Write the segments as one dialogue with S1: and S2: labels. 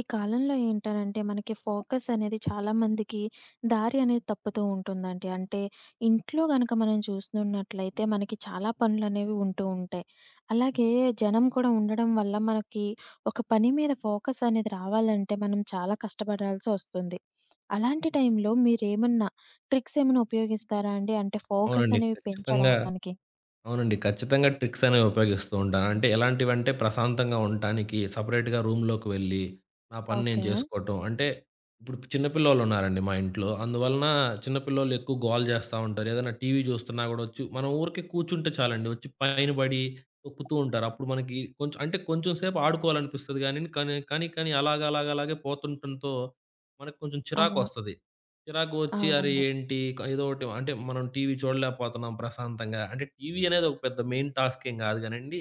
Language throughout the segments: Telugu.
S1: ఈ కాలంలో ఏంటనంటే మనకి ఫోకస్ అనేది చాలా మందికి దారి అనేది తప్పుతూ ఉంటుందండి. అంటే ఇంట్లో గనక మనం చూస్తున్నట్లయితే మనకి చాలా పనులనేవి ఉంటూ ఉంటాయి. అలాగే జనం కూడా ఉండడం వల్ల మనకి ఒక పని మీద ఫోకస్ అనేది రావాలంటే మనం చాలా కష్టపడాల్సొస్తుంది. అలాంటి టైంలో మీరేమన్నా ట్రిక్స్ ఏమైనా ఉపయోగిస్తారా అండి? అంటే ఫోకస్
S2: అవునండి.
S1: అనేవి
S2: ఖచ్చితంగా.
S1: పెంచడానికి.
S2: అవునండి. ఖచ్చితంగా ట్రిక్స్ అనేవి ఉపయోగిస్తూ ఉంటాను. అంటే ఎలాంటివంటే ప్రశాంతంగా ఉండటానికి సెపరేట్‌గా రూమ్‌లోకి వెళ్ళి, నా పని నేను
S1: ఓకే.
S2: చేసుకోవటం. అంటే ఇప్పుడు చిన్న పిల్లోళ్ళున్నారండి మా ఇంట్లో. అందువలన చిన్న పిల్లోళ్ళు ఎక్కువ గోల చేస్తా ఉంటారు. ఏదైనా టీవీ చూస్తున్నా గూడా వచ్చి మనం ఊరికే కూర్చుంటే చాలండి వచ్చి పైన పడి తొక్కుతూ ఉంటారు. అప్పుడు మనకి కొంచెం అంటే కొంచెం సేపు ఆడుకోవాలనిపిస్తది గానీ కానీ అలాగ అలాగ అలాగే పోతుండటంతో మనకు కొంచెం
S1: అవును.
S2: చిరాకొస్తది. చిరాకు వచ్చి అరే
S1: అవునండి.
S2: ఏంటి? ఏదో ఒకటి అంటే మనం టీవీ చూడలేకపోతున్నాం ప్రశాంతంగా. అంటే టీవీ అనేది ఒక పెద్ద మెయిన్ టాస్క్ ఏం గాదు గానండి.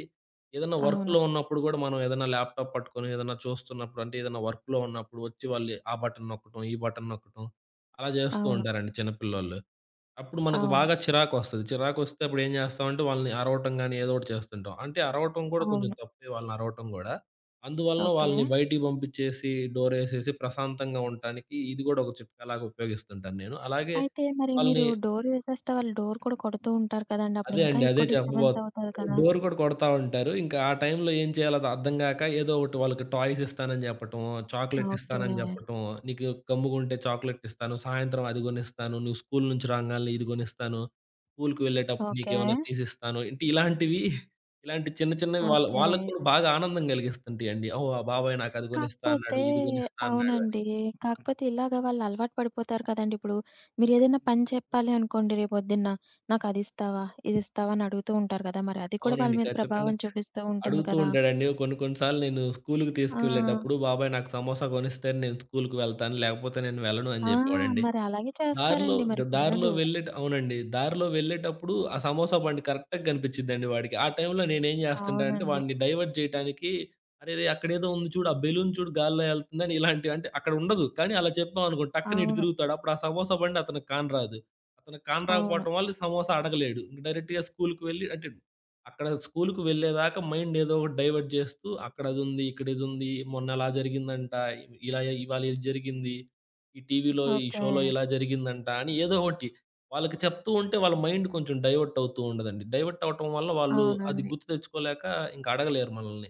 S2: ఏదన్నా
S1: అవును.
S2: వర్క్‌లో ఉన్నప్పుడు గూడా మనం ఏదన్నా ల్యాప్‌టాప్ పట్టుకొని ఏదన్నా చూస్తున్నప్పుడు అంటే ఏదన్నా వర్క్‌లో ఉన్నప్పుడు వచ్చి వాళ్ళు ఆ బటన్ నొక్కటం, ఈ బటన్ నొక్కటం అలా జేస్తూ
S1: అవును.
S2: ఉంటారండి చిన్న పిల్లోళ్ళు. అప్పుడు మనకు
S1: అవును.
S2: బాగా చిరాకొస్తది. చిరాకొస్తే అప్పుడు ఏం చేస్తామంటే వాళ్ళని అరవటం గాని, ఏదో ఒకటి చేస్తుంటాం. అంటే అరవటం కూడా కొంచెం
S1: అవును.
S2: తప్పే వాళ్ళని అరవటం గూడా. అందువలన
S1: ఓకే.
S2: వాళ్ళని బయటికి పంపించేసి, డోరేసేసి ప్రశాంతంగా ఉండటానికి ఇది గూడా ఒక చిట్కాలాగా ఉపయోగిస్తుంటాను నేను. అలాగే
S1: అయితే మరి మీరు
S2: వాళ్ళని
S1: డోర్ వేసేస్తే వాళ్ళు డోర్ కూడా కొడుతూ ఉంటారు కదండీ! అప్పుడు
S2: అదే
S1: ఇంకా
S2: అండి. అదే
S1: ఎక్కువ డిస్టర్బెన్స్
S2: చెప్పబోతున్నా.
S1: అవుతది కదా!
S2: డోర్ కూడా కొడతా ఉంటారు. ఇంకా ఆ టైంలో ఏం చేయాలో అది అర్థం గాక ఏదో ఒకటి వాళ్ళకి టాయ్స్ ఇస్తానని చెప్పటం, చాక్లెట్
S1: ఓకే.
S2: ఇస్తానని చెప్పటం, "నీకు గమ్ముగుంటే చాక్లెట్ ఇస్తాను, సాయంత్రం అది గొనిస్తాను, నువ్వు స్కూల్ నుంచి రాంగాల్నే ఇది గొనిస్తాను, స్కూల్‌కి వెళ్ళేటప్పుడు
S1: ఓకే.
S2: నీకేమన్నా తీసిస్తాను." ఇంటి ఇలాంటివి ఇలాంటి చిన్న చిన్నవి వాళ్ళ
S1: ఓకే.
S2: వాళ్ళకి కూడా బాగా ఆనందం గలిగిస్తుంటాయండి. "ఓహ్! ఆ బాబాయ్ నాకు అది గొనిస్తా అన్నాడు,
S1: కాకపోతే
S2: ఇది గొనిస్తా అన్నాడు" అని.
S1: అవునండి. కాకపోతే ఇలాగ వాళ్ళు అలవాటు పడిపోతారు కదండీ! ఇప్పుడు మీరేదైనా పని చెప్పాలి అనుకోండి రేపొద్దున్న, నాకు అది ఇస్తావా? ఇది ఇస్తావా? అని అడుగుతూ ఉంటారు కదా! మరి అది కూడా వాళ్ళ
S2: అవునండి.
S1: మీద
S2: ఖచ్చితంగా.
S1: ప్రభావం చూపిస్తూ ఉంటుంది
S2: అడుగుతూ
S1: కదా!
S2: ఉంటాడండి. కొన్ని కొన్ని సార్లు నేను స్కూలుకి
S1: ఆ!
S2: తీసుకెళ్ళేటప్పుడు, "బాబాయ్ నాకు సమోసా కొనిస్తేనే నేను స్కూలుకి వెళ్తాను, లేకపోతే నేను వెళ్ళను" అని
S1: ఆ!
S2: జెప్పేవాడండి.
S1: మరి అలాగే
S2: దారిలో
S1: చేస్తారండి
S2: ద
S1: మరి
S2: దారిలో
S1: పిల్లలు.
S2: వెళ్ళేట అవునండి. దారిలో వెళ్ళేటప్పుడు ఆ సమోసా బండి కరెక్ట్‌గా కనిపిచ్చిద్దండి వాడికి. ఆ టైంలో నేనేం జేస్తుంటానంటే
S1: అవునండి.
S2: వాడిని డైవర్ట్ జేయటానికి, "అరేరేయ్! అక్కడేదో ఉంది చూడు. ఆ బెలూన్ చూడు గాల్లో ఎళ్తుందని" ఇలాంటివి అంటే అక్కడ ఉండదు. కానీ అలా చెప్పామనుకో టక్కన ఇటు
S1: అవును.
S2: తిరుగుతాడు. అప్పుడు ఆ సమోసా బండి అతనికి కానరాదు. అతనికి
S1: అవును.
S2: కానరాకపోవటం వల్ల సమోసా అడగలేడు. ఇంక డైరెక్ట్‌గా స్కూలుకి వెళ్ళి అంటే అక్కడ స్కూలుకి వెళ్ళేదాకా మైండ్ ఏదో ఒకటి డైవర్ట్ జేస్తూ అక్కడదుంది, ఇక్కడిదుంది, మొన్న అలా జరిగిందంట, ఇలా ఇవాళ ఇది జరిగింది. ఈ టీవీలో, ఈ
S1: ఓకే.
S2: షోలో ఇలా జరిగిందంట అని ఏదో ఒకటి వాళ్ళకి చెప్తూ ఉంటే వాళ్ళ మైండ్ కొంచెం డైవర్ట్ అవుతూ ఉంటదండి. డైవర్ట్ అవ్వటం వల్ల వాళ్ళు అది
S1: అవునండి.
S2: గుర్తు తెచ్చుకోలేక ఇంక అడగలేరు మనల్ని.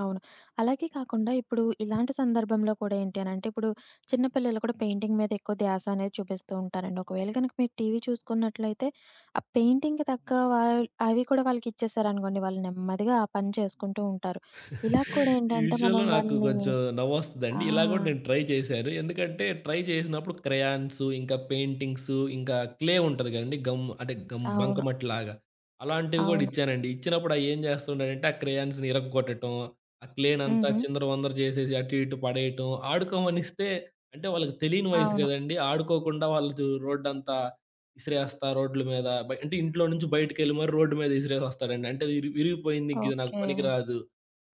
S1: అవును. అలాగే కాకుండా ఇప్పుడు ఇలాంటి సందర్భంలో కూడా ఏంటి అనంటే, ఇప్పుడు చిన్న పిల్లలు కూడా పెయింటింగ్ మీద ఎక్కువ ధ్యాస అనేది చూపిస్తూ ఉంటారండి. ఒకవేళ గనక మీరు టీవీ చూసుకున్నట్లయితే, ఆ పెయింటింగ్‌కి తగ్గ అవి కూడా వాళ్ళకి ఇచ్చేసారనుకోండి, వాళ్ళు నెమ్మదిగా ఆ పని చేసుకుంటూ ఉంటారు. ఇలా కూడా
S2: ఈ
S1: ఏంటంటే,
S2: విషయంలో
S1: మనం
S2: నాకు
S1: వాళ్ళని
S2: కొంచెం
S1: ఆ!
S2: నవ్వొస్తదండి. ఇలా గూడా నేను ట్రై చేశాను. ఎందుకంటే ట్రై చేసినప్పుడు క్రయాన్స్, ఇంకా పెయింటింగ్స్, ఇంకా క్లే ఉంటది గదండీ. గమ్
S1: అవును.
S2: బంకమట్టిలాగా. అలాంటివి గూడా
S1: అవును.
S2: ఇచ్చానండి. ఇచ్చినప్పుడు అయి ఏం చేస్తుంటాడంటే ఆ క్రేయాన్స్‌ని ఇరగ్గొట్టటం, ఆ క్లేనంతా
S1: హుహు.
S2: చిందరవందర చేసేసి అటు ఇటు పడేయటం, ఆడుకోమనిస్తే అంటే వాళ్ళకి తెలియని వయసు
S1: అవును.
S2: గదండీ. ఆడుకోకుండా వాళ్ళు రోడ్డంతా ఇసిరేస్తా రోడ్ల మీద అంటే ఇంట్లో నుంచి బయటికెళ్ళి మరి రోడ్డు మీద ఇసిరేసొస్తాడండి. అంటే ఇది విరిగిపోయింది. ఇంక ఇది నాకు
S1: ఓకే.
S2: పనికిరాదు.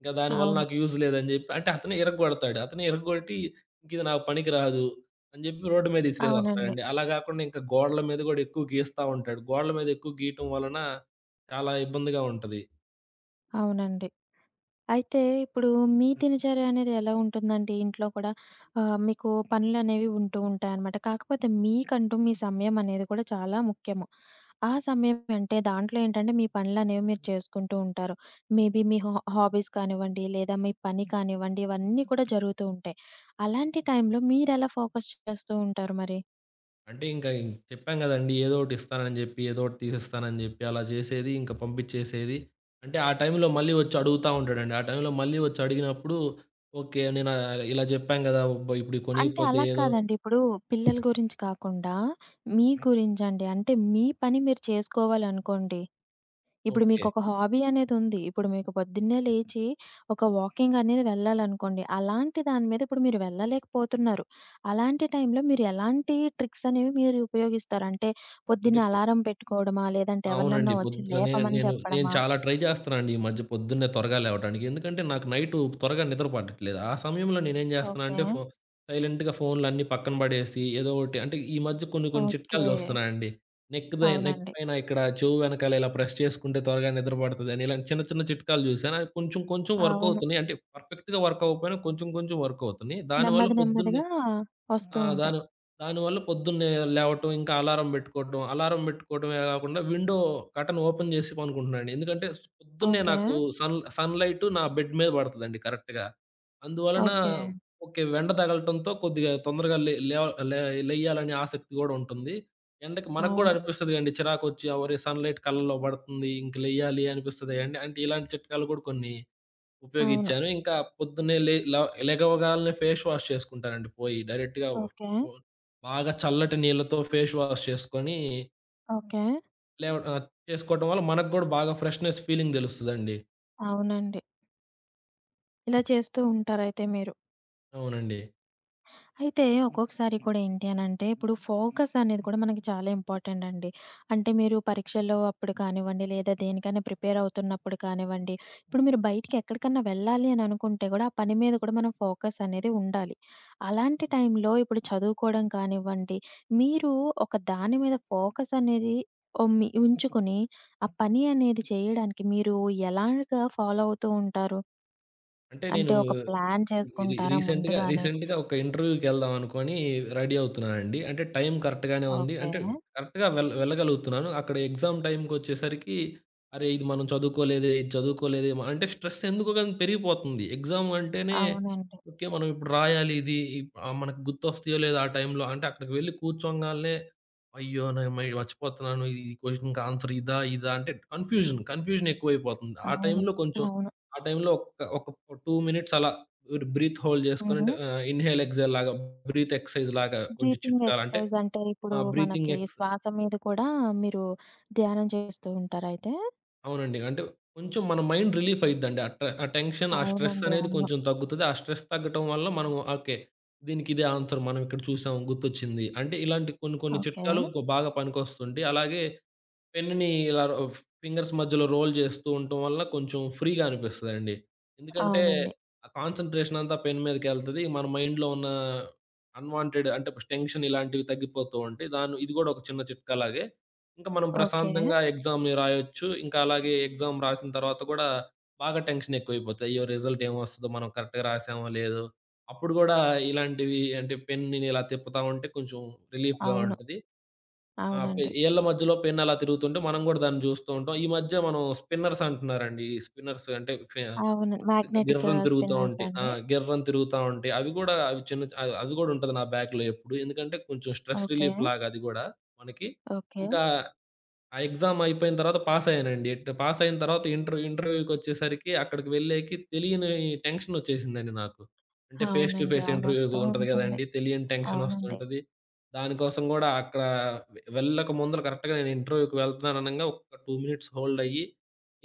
S2: ఇంక దానివల్ల
S1: అవును.
S2: నాకు యూజ్ లేదని జెప్పి అంటే అతనే ఇరగ్గొడతాడు. అతనే ఇరగ్గొట్టి ఇంకిది నాకు పనికి రాదు అని జెప్పి రోడ్డు మీద
S1: అవునండి.
S2: ఇసిరేసొస్తాడండి. అలా గాకుండా ఇంకా గోడల మీద గూడా ఎక్కువ గీస్తా ఉంటాడు. గోడల మీద ఎక్కువ గీయటం వలన చాలా ఇబ్బందిగా ఉంటది.
S1: అవునండి. అయితే ఇప్పుడు మీ దినచర్య అనేది ఎలా ఉంటుందండి? ఇంట్లో కూడా మీకు పనులనేవి ఉంటూ ఉంటాయనమాట. కాకపోతే మీకంటూ మీ సమయం అనేది కూడా చాలా ముఖ్యము. ఆ సమయం అంటే దాంట్లో ఏంటంటే మీ పనులనేవి మీరు చేసుకుంటూ ఉంటారు. మేబీ మీ హాబీస్ కానివ్వండి, లేదా మీ పని కానివ్వండి ఇవన్నీ కూడా జరుగుతూ ఉంటాయి. అలాంటి టైంలో మీరెలా ఫోకస్ చేస్తూ ఉంటారు మరి?
S2: అంటే చెప్పాం గదండీ! ఏదో ఒకటి ఇస్తానని జెప్పి, ఏదో ఒకటి తీసిస్తానని జెప్పి అలా జేసేది ఇంకా పంపిచ్చేసేది. అంటే ఆ టైంలో మళ్ళీ వచ్చి అడుగుతా ఉంటాడండి. ఆ టైంలో మళ్ళీ వచ్చి అడిగినప్పుడు ఓకే. నేను ఆహ్, ఇలా జెప్పాం గదా! ఇప్పుడు
S1: అంటే
S2: కొనియకపోతే
S1: అలా
S2: ఏదో
S1: కాదండి. ఇప్పుడు పిల్లల గురించి కాకుండా మీ గురించండి. అంటే మీ పని మీరు చేసుకోవాలనుకోండి. ఇప్పుడు
S2: ఓకే.
S1: మీకొక హాబీ అనేదుంది. ఇప్పుడు మీకు పొద్దున్నే లేచి ఒక వాకింగ్ అనేది వెళ్ళాలనుకోండి. అలాంటి దాని మీద ఇప్పుడు మీరు వెళ్ళలేకపోతున్నారు. అలాంటి టైంలో మీరు ఎలాంటి ట్రిక్స్ అనేవి మీరు ఉపయోగిస్తారు? అంటే
S2: అంటే
S1: పొద్దున్న అలారం పెట్టుకోవడమా? లేదంటే
S2: అవునండి.
S1: ఎవరినన్నా
S2: పొద్
S1: వచ్చి
S2: నేను
S1: లేపమని
S2: నేను నేను
S1: చెప్పడమా?
S2: చాలా ట్రై చేస్తున్నానండి ఈ మధ్య పొద్దున్నే త్వరగా లేవటానికి. ఎందుకంటే నాకు నైటు త్వరగా నిద్ర పట్టట్లేదు. ఆ సమయంలో నేనేం జేస్తున్నా
S1: ఓకే.
S2: అంటే సైలెంట్‌గా ఫోన్‌లన్నీ పక్కన పడేసి ఏదో ఒకటి అంటే ఈ మధ్య కొన్ని కొన్ని చిట్కాలు
S1: ఓకే.
S2: జూస్తున్నా అండి. నెక్
S1: అవునండి.
S2: పైన ఇక్కడ చెవు వెనకాల ఇలా ప్రెస్ చేసుకుంటే త్వరగా నిద్ర పడతదని ఇలాంటి చిన్న చిన్న చిట్కాలు జూసాను. అవి కొంచెం కొంచెం వర్క్
S1: అవును.
S2: అవుతున్నాయి. అంటే పర్ఫెక్ట్‌గా వర్క్ అవ్వకపోయినా కొంచెం కొంచెం వర్క్ అవుతున్నాయి. దానివల్ల
S1: నెమ్మది
S2: పొద్దున్నే
S1: నెమ్మదిగా వస్తూ
S2: ఆ!
S1: ఉంటాయి.
S2: దాని దానివల్ల పొద్దున్నే లేవటం, ఇంకా అలారం బెట్టుకోవటం. అలారం బెట్టుకోవటమే గాకుండా విండో కర్టెన్ ఓపెన్ జేసి పనుకుంటున్నానండి. ఎందుకంటే పొద్దున్నే
S1: ఓకే.
S2: నాకు సన్‌లైటు నా బెడ్ మీద బడతదండి కరెక్ట్‌గా. అందువలన
S1: ఓకే.
S2: ఓకే. ఎండ తగలటంతో కొద్దిగా తొందరగా లే లేవ లే లెయ్యాలనే ఆసక్తి గూడా ఉంటుంది. ఎండకి మనకు గూడా
S1: అవును.
S2: అనిపిస్తది గదండీ చిరాకొచ్చి, ఆ! ఒరేయ్! సన్‌లైట్ కళ్ళలో బడుతుంది. ఇంక లెయ్యాలి అనిపిస్తది. అండి అంటే ఇలాంటి చిట్కాలు గూడా కొన్ని
S1: అవును.
S2: ఉపయోగించాను. ఇంకా పొద్దున్నే లే ల లెగవగాల్నే ఫేస్ వాష్ చేసుకుంటానండి పోయి. డైరెక్ట్‌గా
S1: ఓకే.
S2: బాగా చల్లటి నీళ్ళతో ఫేస్ వాష్ చేసుకొని
S1: ఓకే.
S2: లేవ ఆహ్, చేసుకోవటం వల్ల మనకు గూడా బాగా ఫ్రెష్‌నెస్ ఫీలింగ్ తెలుస్తదండి.
S1: అవునండి. ఇలా చేస్తూ ఉంటారయితే మీరు.
S2: అవునండి.
S1: అయితే ఒక్కొక్కసారి కూడా ఏంటి అనంటే, ఇప్పుడు ఫోకస్ అనేది కూడా మనకి చాలా ఇంపార్టెంట్ అండి. అంటే మీరు పరీక్షల్లో అప్పుడు కానివ్వండి, లేదా దేనికైనా ప్రిపేర్ అవుతున్నప్పుడు కానివ్వండి, ఇప్పుడు మీరు బయటికి ఎక్కడికన్నా వెళ్ళాలి అని అనుకుంటే కూడా, ఆ పని మీద కూడా మనం ఫోకస్ అనేది ఉండాలి. అలాంటి టైంలో ఇప్పుడు చదువుకోవడం కానివ్వండి, మీరు ఒక దాని మీద ఫోకస్ అనేది ఉమ్మి ఉంచుకొని, ఆ పని అనేది చేయడానికి మీరు ఎలాగా ఫాలో అవుతూ ఉంటారు?
S2: అంటే నేను
S1: అంటే ఒక ప్లాన్ చేసుకుంటారా ముందుగానే?
S2: రీసెంట్‌గా ఒక ఇంటర్వ్యూకెళ్దాం అనుకోని రెడీ అవుతున్నానండి. అంటే టైం కరెక్ట్‌గానే ఉంది.
S1: ఓకే.
S2: అంటే కరెక్ట్‌గా వెళ్ళగలుగుతున్నాను. అక్కడ ఎగ్జామ్ టైంకొచ్చేసరికి, అరే! ఇది మనం చదువుకోలేదే, ఇది చదువుకోలేదే అంటే స్ట్రెస్ ఎందుకో గాని పెరిగిపోతుంది. ఎగ్జామ్ అంటేనే
S1: అవునండి.
S2: ఓకే. మనం ఇప్పుడు రాయాలి ఇది. మనకు గుర్తొస్తాయో లేదో ఆ టైంలో అంటే అక్కడికి వెళ్లి కూర్చోంగాల్నే అయ్యో! నేను మర్చిపోతున్నాను. ఈ క్వెషన్‌కి ఆన్సర్ ఇదా? ఇదా? అంటే కన్‌ఫ్యూజన్ ఎక్కువైపోతుంది. ఆ
S1: అవును.
S2: టైంలో కొంచెం
S1: అవును.
S2: ఆ టైంలో ఒక్క 2 మినిట్స్ అలా బ్రీత్ హోల్డ్ చేసుకొని
S1: హుహు.
S2: అంటే ఆహ్, ఇన్‌హేల్, ఎక్స్‌హేల్ లాగా బ్రీత్ ఎక్సర్‌సైజ్ లాగా కొంచెం
S1: బ్రీతింగ్
S2: చిట్కాలు అంటే
S1: ఎక్సర్‌సైజ్ అంటే
S2: ఆ
S1: ఇప్పుడు
S2: బ్రీతింగ్
S1: మనకి
S2: ఎక్స్
S1: శ్వాస మీద కూడా మీరు ధ్యానం చేస్తూ ఉంటారైతే?
S2: అవునండి. అంటే కొంచెం మన మైండ్ రిలీఫ్ అయిద్దండి. ఆ టెన్షన్, ఆ స్ట్రెస్
S1: అవునండి.
S2: అనేది
S1: అవును.
S2: కొంచెం తగ్గుతది. ఆ స్ట్రెస్ తగ్గటం వల్ల మనం ఓకే. దీనికి ఇదే ఆన్సర్ మనం ఇక్కడ చూసాం గుర్తొచ్చింది. అంటే ఇలాంటి కొన్ని కొన్ని
S1: ఓకే.
S2: చిట్కాలు బాగా పనికొస్తుంటాయి. అలాగే పెన్నుని ఇలా రో ఫింగర్స్ మధ్యలో రోల్ చేస్తూ ఉండటం వల్ల కొంచెం ఫ్రీగా అనిపిస్తదండి. ఎందుకంటే,
S1: అవునండి.
S2: ఆ కాన్సంట్రేషన్ అంతా పెన్ మీదకెళ్తది. మన మైండ్‌లో ఉన్న అన్‌వాంటెడ్ అంటే టెన్షన్ ఇలాంటివి తగ్గిపోతూ ఉంటాయి. దాన్ని ఇది గూడా ఒక చిన్న చిట్కాలాగే. ఇంకా మనం
S1: ఓకే.
S2: ప్రశాంతంగా ఎగ్జామ్‌ని రాయొచ్చు. ఇంకా అలాగే ఎగ్జామ్ రాసిన తర్వాత గూడా బాగా టెన్షన్ ఎక్కువైపోతాయి. అయ్యో! రిజల్ట్ ఏమొస్తదో మనం కరెక్ట్‌గా రాసామో లేదో. అప్పుడు గూడా ఇలాంటివి అంటే పెన్‌ని ఇలా తిప్పుతా ఉంటే కొంచెం రిలీఫ్‌గా
S1: అవును.
S2: ఉంటది. ఆ!
S1: అవునండి.
S2: ఏళ్ళ మధ్యలో పెన్ అలా తిరుగుతుంటే మనం గూడా దాన్ని జూస్తూ ఉంటాం. ఈ మధ్య మనం స్పిన్నర్స్ అంటున్నారండి. ఈ స్పిన్నర్స్ అంటే
S1: అవును. మాగ్నెటిక్
S2: గిర్రని తిరుగుతా
S1: స్పిన్నర్స్
S2: ఉంటాయి. ఆ!
S1: అండి.
S2: గిర్రని తిరుగుతా ఉంటాయి. అవి గూడా అవి చిన్న అ అది గూడా ఉంటది నా బ్యాగ్‌లో ఎప్పుడు. ఎందుకంటే కొంచెం స్ట్రెస్
S1: ఓకే.
S2: రిలీఫ్ లాగా అది గూడా మనకి.
S1: ఓకే.
S2: ఇంకా ఆ ఎగ్జామ్ అయిపోయిన తర్వాత పాస్ అయ్యానండి. ఎట్ పాస్ అయిన తర్వాత ఇంటర్వ్యూకొచ్చేసరికి అక్కడికి వెళ్ళేకి తెలియని టెన్షన్ వచ్చేసిందండి నాకు. అంటే ఫేస్ టు
S1: అవునండి.
S2: ఫేస్
S1: అవును. వస్తూ
S2: ఇంటర్వ్యూ ఉంటది
S1: ఉంటుంది.
S2: గదండీ! తెలియని టెన్షన్
S1: అవునండి.
S2: వస్తుంటది. దానికోసం గూడా అక్కడ వెళ్ళక ముందల కరెక్ట్‌గా నేను ఇంటర్వ్యూకి వెళ్తున్నాను అనంగా ఒక్క 2 మినిట్స్ హోల్డ్ అయ్యి,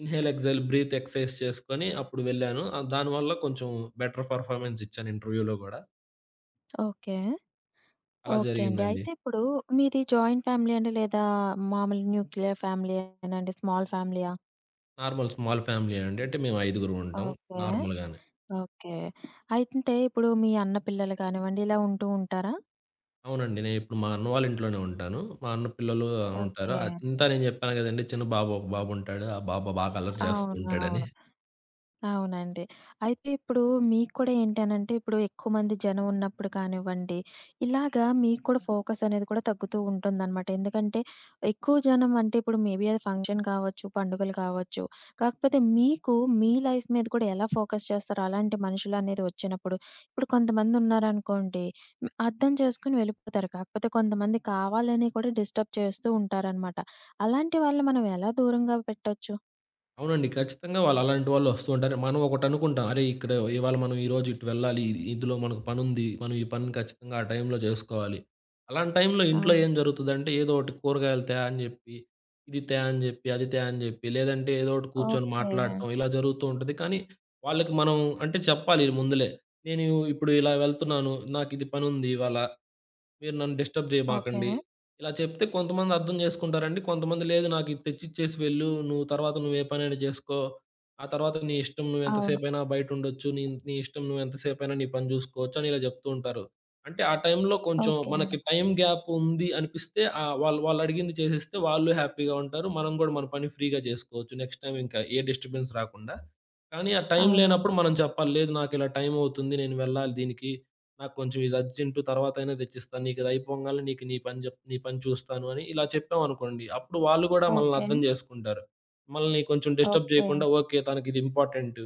S2: ఇన్‌హేల్, ఎక్స్‌హేల్, బ్రీత్ ఎక్సర్సైజ్ చేసుకొని అప్పుడు వెళ్ళాను. ఆహ్, దానివల్ల కొంచెం బెటర్ పర్‌ఫార్మెన్స్ ఇచ్చాను ఇంటర్వ్యూలో గూడా.
S1: ఓకే.
S2: అలా
S1: ఓకే అండి.
S2: జరిగిందండి.
S1: అయితే ఇప్పుడు మీది జాయింట్ ఫ్యామిలీ అండి లేదా మామూలు న్యూక్లియర్ ఫ్యామిలీ ఏనండి? స్మాల్ ఫ్యామిలీయా?
S2: నార్మల్ స్మాల్ ఫ్యామిలీయే అండి. అంటే మేము ఐదుగురుం ఉంటాం
S1: ఓకే.
S2: నార్మల్‌గానే.
S1: ఓకే. అయితే ఇప్పుడు మీ అన్న పిల్లలు కానివ్వండి ఇలా ఉంటూ ఉంటారా?
S2: అవునండి. నేనిప్పుడు మా అన్న వాళ్ళ ఇంట్లోనే ఉంటాను. మా అన్న పిల్లలు హ్మ్. ఉంటారు.
S1: ఓకే.
S2: అది ఇంతా నేను చెప్పాను గదండీ! చిన్న బాబు ఒక బాబుంటాడు. ఆ బాబు బాగా అల్లరి చేస్తూ
S1: అవును.
S2: ఉంటాడని.
S1: అవును. అవునండి. అయితే ఇప్పుడు మీకు కూడా ఏంటనంటే, ఇప్పుడు ఎక్కువ మంది జనం ఉన్నప్పుడు కానివ్వండి, ఇలాగా మీకు కూడా ఫోకస్ అనేది కూడా తగ్గుతూ ఉంటుందనమాట. ఎందుకంటే, ఎక్కువ జనం అంటే ఇప్పుడు మేబీ అది ఫంక్షన్ కావచ్చు, పండుగలు కావచ్చు. కాకపోతే మీకు మీ లైఫ్ మీద కూడా ఎలా ఫోకస్ చేస్తారో అలాంటి మనుషులనేది వచ్చినప్పుడు? ఇప్పుడు కొంతమంది ఉన్నారనుకోండి, అర్థం చేసుకొని వెళ్ళిపోతారు. కాకపోతే కొంతమంది కావాలని కూడా డిస్టర్బ్ చేస్తూ ఉంటారనమాట. అలాంటి వాళ్ళని మనం ఎలా దూరంగా పెట్టొచ్చు?
S2: అవునండి. ఖచ్చితంగా వాళ్ళు అలాంటి వాళ్ళు వస్తూ ఉంటారు. మనం ఒకటనుకుంటాం. అరే! ఇక్కడ ఇవాళ మనం ఈరోజు ఇటు వెళ్ళాలి. ఇందులో మనకు పనుంది. మనం ఈ పనిని ఖచ్చితంగా ఆ టైంలో జేసుకోవాలి. అలాంటి టైంలో ఇంట్లో
S1: అవును.
S2: ఏం జరుగుతదంటే ఏదో ఒకటి కూరగాయలు తే అని జెప్పి, ఇది తే అని జెప్పి, అది తే అని జెప్పి, లేదంటే ఏదో ఒకటి కూర్చొని
S1: ఓకే.
S2: మాట్లాడటం ఇలా జరుగుతూ ఉంటది. కానీ వాళ్ళకి మనం అంటే చెప్పాలి ముందులే. నేను ఇప్పుడు ఇలా వెళ్తున్నాను. నాకు ఇది పనుంది ఇవాళ మీరు నన్ను డిస్టర్బ్
S1: ఓకే.
S2: జేయమాకండి. ఇలా చెప్తే కొంతమంది అర్థం జేసుకుంటారండి. కొంతమంది లేదు నాకిది తెచ్చిచ్చేసి వెళ్ళు. నువ్వు తర్వాత నువ్వు ఏ పనైనా జేసుకో. ఆ తర్వాత నీ ఇష్టం
S1: అవును.
S2: నువ్వెంతసేపైనా బయటుండొచ్చు. నీ నీ ఇష్టం నువ్వెంతసేపైనా నీ పని జూసుకోవచ్చు అని ఇలా జెప్తూ ఉంటారు. అంటే ఆ టైంలో కొంచెం
S1: ఓకే.
S2: మనకి టైం గ్యాప్ ఉంది అనిపిస్తే ఆహ్, వాళ్ళు వాళ్ళడిగింది చేసేస్తే వాళ్ళు హ్యాపీగా ఉంటారు. మనం గూడా మన పని ఫ్రీగా జేసుకోవచ్చు. నెక్స్ట్ టైమ్ ఇంకా ఏ డిస్టర్బెన్స్ రాకుండా. కానీ ఆ టైం
S1: అవునండి.
S2: లేనప్పుడు మనం చెప్పాలి. లేదు నాకిలా టైం అవుతుంది. నేను వెళ్ళాలి దీనికి. నాకు కొంచెం ఇది అర్జెంటు తర్వాతైనా తెచ్చిస్తాను. నీకిదయిపోంగాల్నే నీకు నీ పని చూస్తాను అని ఇలా చెప్పామనుకోండి. అప్పుడు వాళ్ళు గూడా మనల్ని
S1: ఓకే.
S2: అర్థం జేసుకుంటారు. మనల్ని కొంచెం డిస్టర్బ్
S1: ఓకే.
S2: జేయకుండా ఓకే. తనకిది ఇంపార్టెంటు.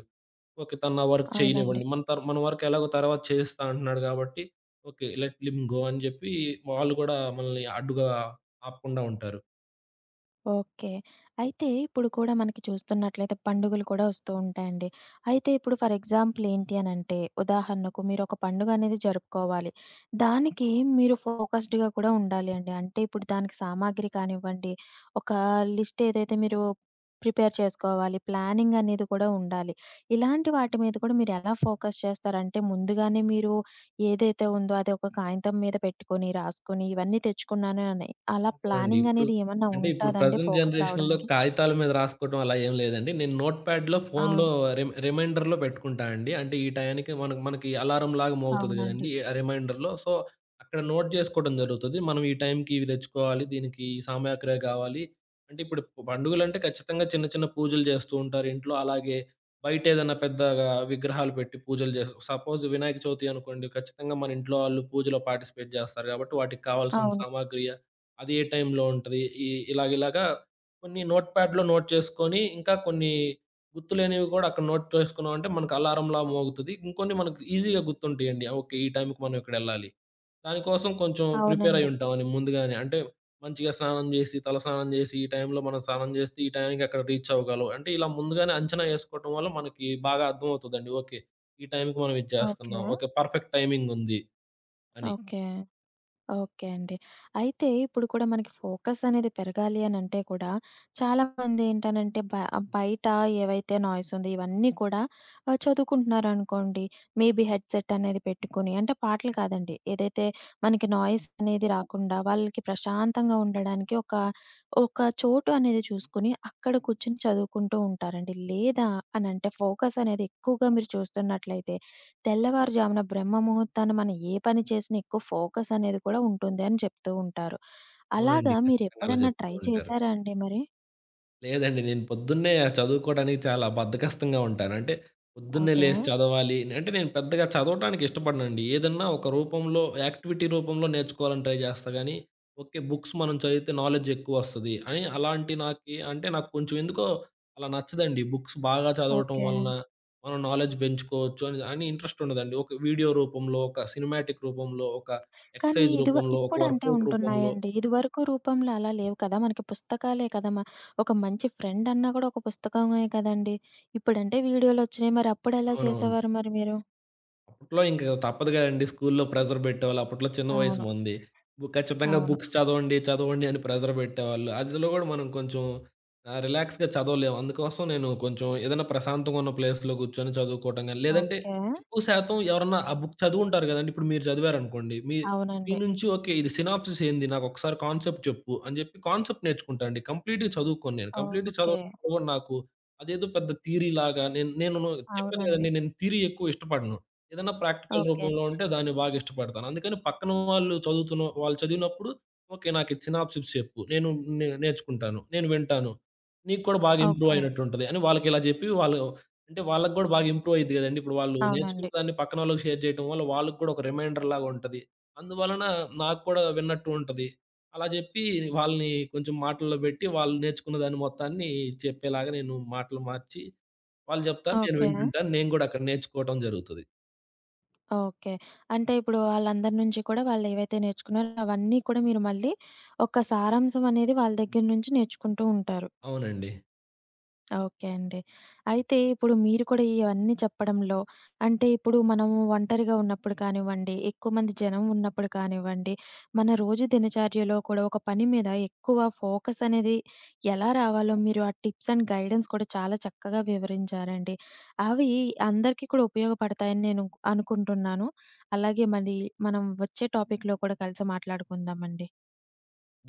S2: ఓకే. తను నా వర్క్
S1: అవునండి.
S2: చేయనివ్వండి. మన వర్క్ ఎలాగో తర్వాత చేస్తా అంటున్నాడు గాబట్టి ఓకే. లెట్ హిమ్ గో అని జెప్పి వాళ్ళు గూడా మనల్ని అడ్డుగా ఆపకుండా ఉంటారు.
S1: ఓకే. అయితే ఇప్పుడు కూడా మనకి చూస్తున్నట్లయితే పండుగలు కూడా వస్తూ ఉంటాయండి. అయితే ఇప్పుడు ఫర్ ఎగ్జాంపుల్ ఏంటి అనంటే ఉదాహరణకు మీరొక పండుగ అనేది జరుపుకోవాలి. దానికి మీరు ఫోకస్డ్‌గా కూడా ఉండాలి అండి. అంటే ఇప్పుడు దానికి సామాగ్రి కానివ్వండి, ఒక లిస్ట్ ఏదైతే మీరు ప్రిపేర్ చేసుకోవాలి, ప్లానింగ్ అనేది కూడా ఉండాలి. ఇలాంటి వాటి మీద కూడా మీరెలా ఫోకస్ చేస్తారు? అంటే ముందుగానే మీరు ఏదైతే ఉందో అది ఒక కాగితం మీద పెట్టుకొని, రాసుకొని ఇవన్నీ తెచ్చుకున్నాను అని. అలా
S2: అవునండి.
S1: ప్లానింగ్
S2: ఇప్పుడు
S1: అనేది ఏమన్నా
S2: అంటే ఇప్పుడు
S1: ఉంటదండి
S2: ప్రెజెంట్
S1: ఫోకస్
S2: జనరేషన్‌లో
S1: రావడానికి?
S2: కాగితాల మీద రాసుకోవడం అలా ఏం లేదండి. నేను నోట్‌ప్యాడ్‌లో ఫోన్‌లో
S1: అవును.
S2: రిమైండర్‌లో పెట్టుకుంటా అండి. అంటే ఈ టయానికి మనకి అలారంలాగా మోగుతది
S1: అవునండి.
S2: గదండీ! ఆ రిమైండర్‌లో. సో, అక్కడ నోట్ జేసుకోవడం జరుగుతది. మనం ఈ టైంకి ఇవి తెచ్చుకోవాలి. దీనికి ఈ సామాగ్రి గావాలి. అంటే ఇప్పుడు పండుగలంటే ఖచ్చితంగా చిన్న చిన్న పూజలు జేస్తూ ఉంటారు ఇంట్లో. అలాగే బయటేదన్నా పెద్దగా విగ్రహాలు పెట్టి పూజలు జేస్ సపోజ్ వినాయక చవితి అనుకోండి. ఖచ్చితంగా మన ఇంట్లో వాళ్ళు పూజలో పార్టిసిపేట్ జేస్తారు గాబట్టి వాటికి కావాల్సిన
S1: అవును.
S2: సామాగ్రి అది ఏ టైంలో ఉంటది? ఈ ఇలాగ ఇలాగా కొన్ని నోట్‌ప్యాడ్‌లో నోట్ చేసుకొని, ఇంకా కొన్ని గుర్తులేనివి కూడా అక్కడ నోట్ చేసుకున్నామంటే మనకు అలారంలా మోగుతది. ఇంకొన్ని మనకు ఈజీగా గుర్తుంటాయండి. ఓకే. ఈ టైంకి మనం ఇక్కడెళ్ళాలి. దానికోసం కొంచెం ప్రిపేర్
S1: అవునండి.
S2: అయ్యుంటామని ముందుగానే. అంటే మంచిగా స్నానం జేసి, తలస్నానం జేసి, ఈ టైంలో మనం స్నానం జేస్తే ఈ టైంకి అక్కడ రీచ్ అవ్వగలం. అంటే ఇలా ముందుగానే అంచనా ఏసుకోవటం వల్ల మనకి బాగా అర్థమవుతదండి. ఓకే. ఈ టైంకి మనం ఇది
S1: ఓకే.
S2: చేస్తున్నాం. ఓకే. పర్ఫెక్ట్ టైమింగుంది అని.
S1: ఓకే. ఓకే అండి. అయితే ఇప్పుడు కూడా మనకి ఫోకస్ అనేది పెరగాలి అనంటే కూడా చాలామంది ఏంటనంటే బయట ఏవైతే నాయిస్ ఉంది ఇవన్నీ కూడా చదువుకుంటున్నారనుకోండి. మేబీ హెడ్‌సెట్ అనేది పెట్టుకొని అంటే పాటలు కాదండి. ఏదైతే మనకి నాయిస్ అనేది రాకుండా వాళ్ళకి ప్రశాంతంగా ఉండడానికి ఒక, ఒక చోటు అనేది చూసుకొని అక్కడ కూర్చొని చదువుకుంటూ ఉంటారండి. లేదా అనంటే ఫోకస్ అనేది ఎక్కువగా మీరు చూస్తున్నట్లయితే తెల్లవారుజామున బ్రహ్మ ముహూర్తాన మనం ఏ పని చేసినా ఎక్కువ ఫోకస్ అనేది కూడా ఉంటుంది అని చెప్తూ ఉంటారు. అలాగా
S2: అవునండి. ఖచ్చితంగా అలా
S1: మీరెప్పుడన్నా
S2: జెప్తూ
S1: ట్రై
S2: ఉంటారు.
S1: చేశారా అండి మరి?
S2: లేదండి. నేను పొద్దున్నే చదువుకోవడానికి చాలా బద్ధకస్తంగా ఉంటాను. అంటే పొద్దున్నే
S1: ఓకే.
S2: లేసి చదవాలి. అంటే నేను పెద్దగా చదవటానికి ఇష్టపడనండి. ఏదన్నా ఒక రూపంలో యాక్టివిటీ రూపంలో నేర్చుకోవాలని ట్రై చేస్తా గానీ, ఓకే. బుక్స్ మనం చదివితే నాలెడ్జ్ ఎక్కువొస్తది అని అలాంటి అంటే నాకు కొంచెం ఎందుకో అలా నచ్చదండి. బుక్స్ బాగా చదవటం
S1: ఓకే.
S2: వలన మనం నాలెడ్జ్ పెంచుకోవచ్చు అని ఇంట్రెస్ట్ ఉండదండి. ఒక వీడియో రూపంలో, ఒక సినిమాటిక్ రూపంలో, ఒక
S1: కానీ
S2: ఎక్సర్సైజ్ రూపంలో, ఒక
S1: ఇప్పుడంటే
S2: వర్కౌట్ రూపంలో
S1: ఉంటున్నాయండి. ఇదివరకు రూపంలో అలా లేవు కదా! మనకి పుస్తకాలే కదా! ఒక మంచి ఫ్రెండ్ అన్నా కూడా ఒక పుస్తకమే కదండీ! ఇప్పుడంటే వీడియోలొచ్చినాయి. మరి అప్పుడెలా
S2: అవునవును.
S1: చేసేవారు మరి మీరు?
S2: అప్పట్లో ఇంక తప్పదు కదండీ! స్కూల్లో ప్రెషర్ పెట్టేవాళ్ళు. అప్పట్లో చిన్న వయసు
S1: అవును.
S2: మంది. ఖచ్చితంగా
S1: అవును.
S2: బుక్స్ చదవండి, చదవండి అని ప్రెషర్ పెట్టేవాళ్ళు. అందులో గూడా మనం కొంచెం ఆహ్, రిలాక్స్‌గా చదవలేము. అందుకోసం నేను కొంచెం ఏదైనా ప్రశాంతంగా ఉన్న ప్లేస్‌లో కూర్చొని చదువుకోవటం గాని, లేదంటే
S1: ఓకే.
S2: ఎక్కువ శాతం ఎవరన్నా ఆ బుక్ చదువుంటారు గదండీ! ఇప్పుడు మీరు చదివారనుకోండి. మీ మీ
S1: అవునండి.
S2: నుంచి ఓకే. ఇది సినాప్సిస్ ఏంది? నాకొకసారి కాన్సెప్ట్ చెప్పు అని జెప్పి కాన్సెప్ట్ నేర్చుకుంటా అండి. కంప్లీట్‌గా చదువుకోను నేను. కంప్లీట్‌గా
S1: ఓకే.
S2: చదవడం కూడా నాకు అదేదో పెద్ద థియరీ లాగా నేను నేను చెప్పాను
S1: అవునండి.
S2: గదండీ! నేను థియరీ ఎక్కువ ఇష్టపడను. ఏదన్నా ప్రాక్టికల్
S1: ఓకే.
S2: రూపంలో ఉంటే దాన్ని బాగా ఇష్టపడతాను. అందుకని పక్కన వాళ్ళు చదువుతున్న వాళ్ళు చదివినప్పుడు ఓకే. నాకిది సినాప్సిస్ చెప్పు. నేను నే నేర్చుకుంటాను. నేను వింటాను. నీకు కూడా బాగా ఇంప్రూవ్
S1: ఓకే.
S2: అయినట్టుంటది అని వాళ్ళకిలా చెప్పి వాళ్ళు అంటే వాళ్ళకి గూడా బాగా ఇంప్రూవ్ అయిద్ది గదండీ! ఇప్పుడు వాళ్ళు నేర్చుకున్న
S1: అవునండి.
S2: దాన్ని పక్కనోళ్ళకి షేర్ చేయటం వల్ల వాళ్ళకి కూడా ఒక రిమైండర్ లాగా ఉంటది. అందువలన నాకు కూడా విన్నట్టు ఉంటది. అలా జెప్పి వాళ్ళని కొంచెం మాటల్లో బెట్టి వాళ్ళు నేర్చుకున్న దాన్ని మొత్తాన్ని చెప్పేలాగా నేను మాటలు మార్చి వాళ్ళు జెప్తారు. నేను
S1: ఓకే.
S2: వింటుంటాను. నేను గూడా అక్కడ నేర్చుకోవటం జరుగుతది.
S1: ఓకే. అంటే ఇప్పుడు ఆళ్ళందరి నుంచి కూడా వాళ్ళేవైతే నేర్చుకున్నారో అవన్నీ కూడా మీరు మళ్ళీ ఒక సారాంశం అనేది వాళ్ళ దగ్గర నుంచి నేర్చుకుంటూ ఉంటారు.
S2: అవునండి.
S1: ఓకే అండి. అయితే ఇప్పుడు మీరు కూడా ఇవన్నీ చెప్పడంలో అంటే ఇప్పుడు మనము ఒంటరిగా ఉన్నప్పుడు కానివ్వండి, ఎక్కువ మంది జనం ఉన్నప్పుడు కానివ్వండి, మన రోజు దినచర్యలో కూడా ఒక పని మీద ఎక్కువ ఫోకస్ అనేది ఎలా రావాలో మీరు ఆ టిప్స్ అండ్ గైడెన్స్ కూడా చాలా చక్కగా వివరించారండి. అవి అందరికీ కూడా ఉపయోగపడతాయని నేను అనుకుంటున్నాను. అలాగే మళ్ళీ మనం వచ్చే టాపిక్‌లో కూడా కలిసి మాట్లాడుకుందామండి.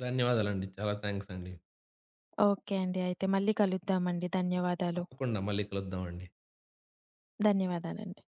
S2: ధన్యవాదాలండి. చాలా థాంక్స్ అండి.
S1: ఓకే అండి. అయితే మళ్ళీ కలుద్దామండి. ధన్యవాదాలు.
S2: తప్పకుండా మళ్ళీ కలుద్దామండి.
S1: ధన్యవాదాలండి.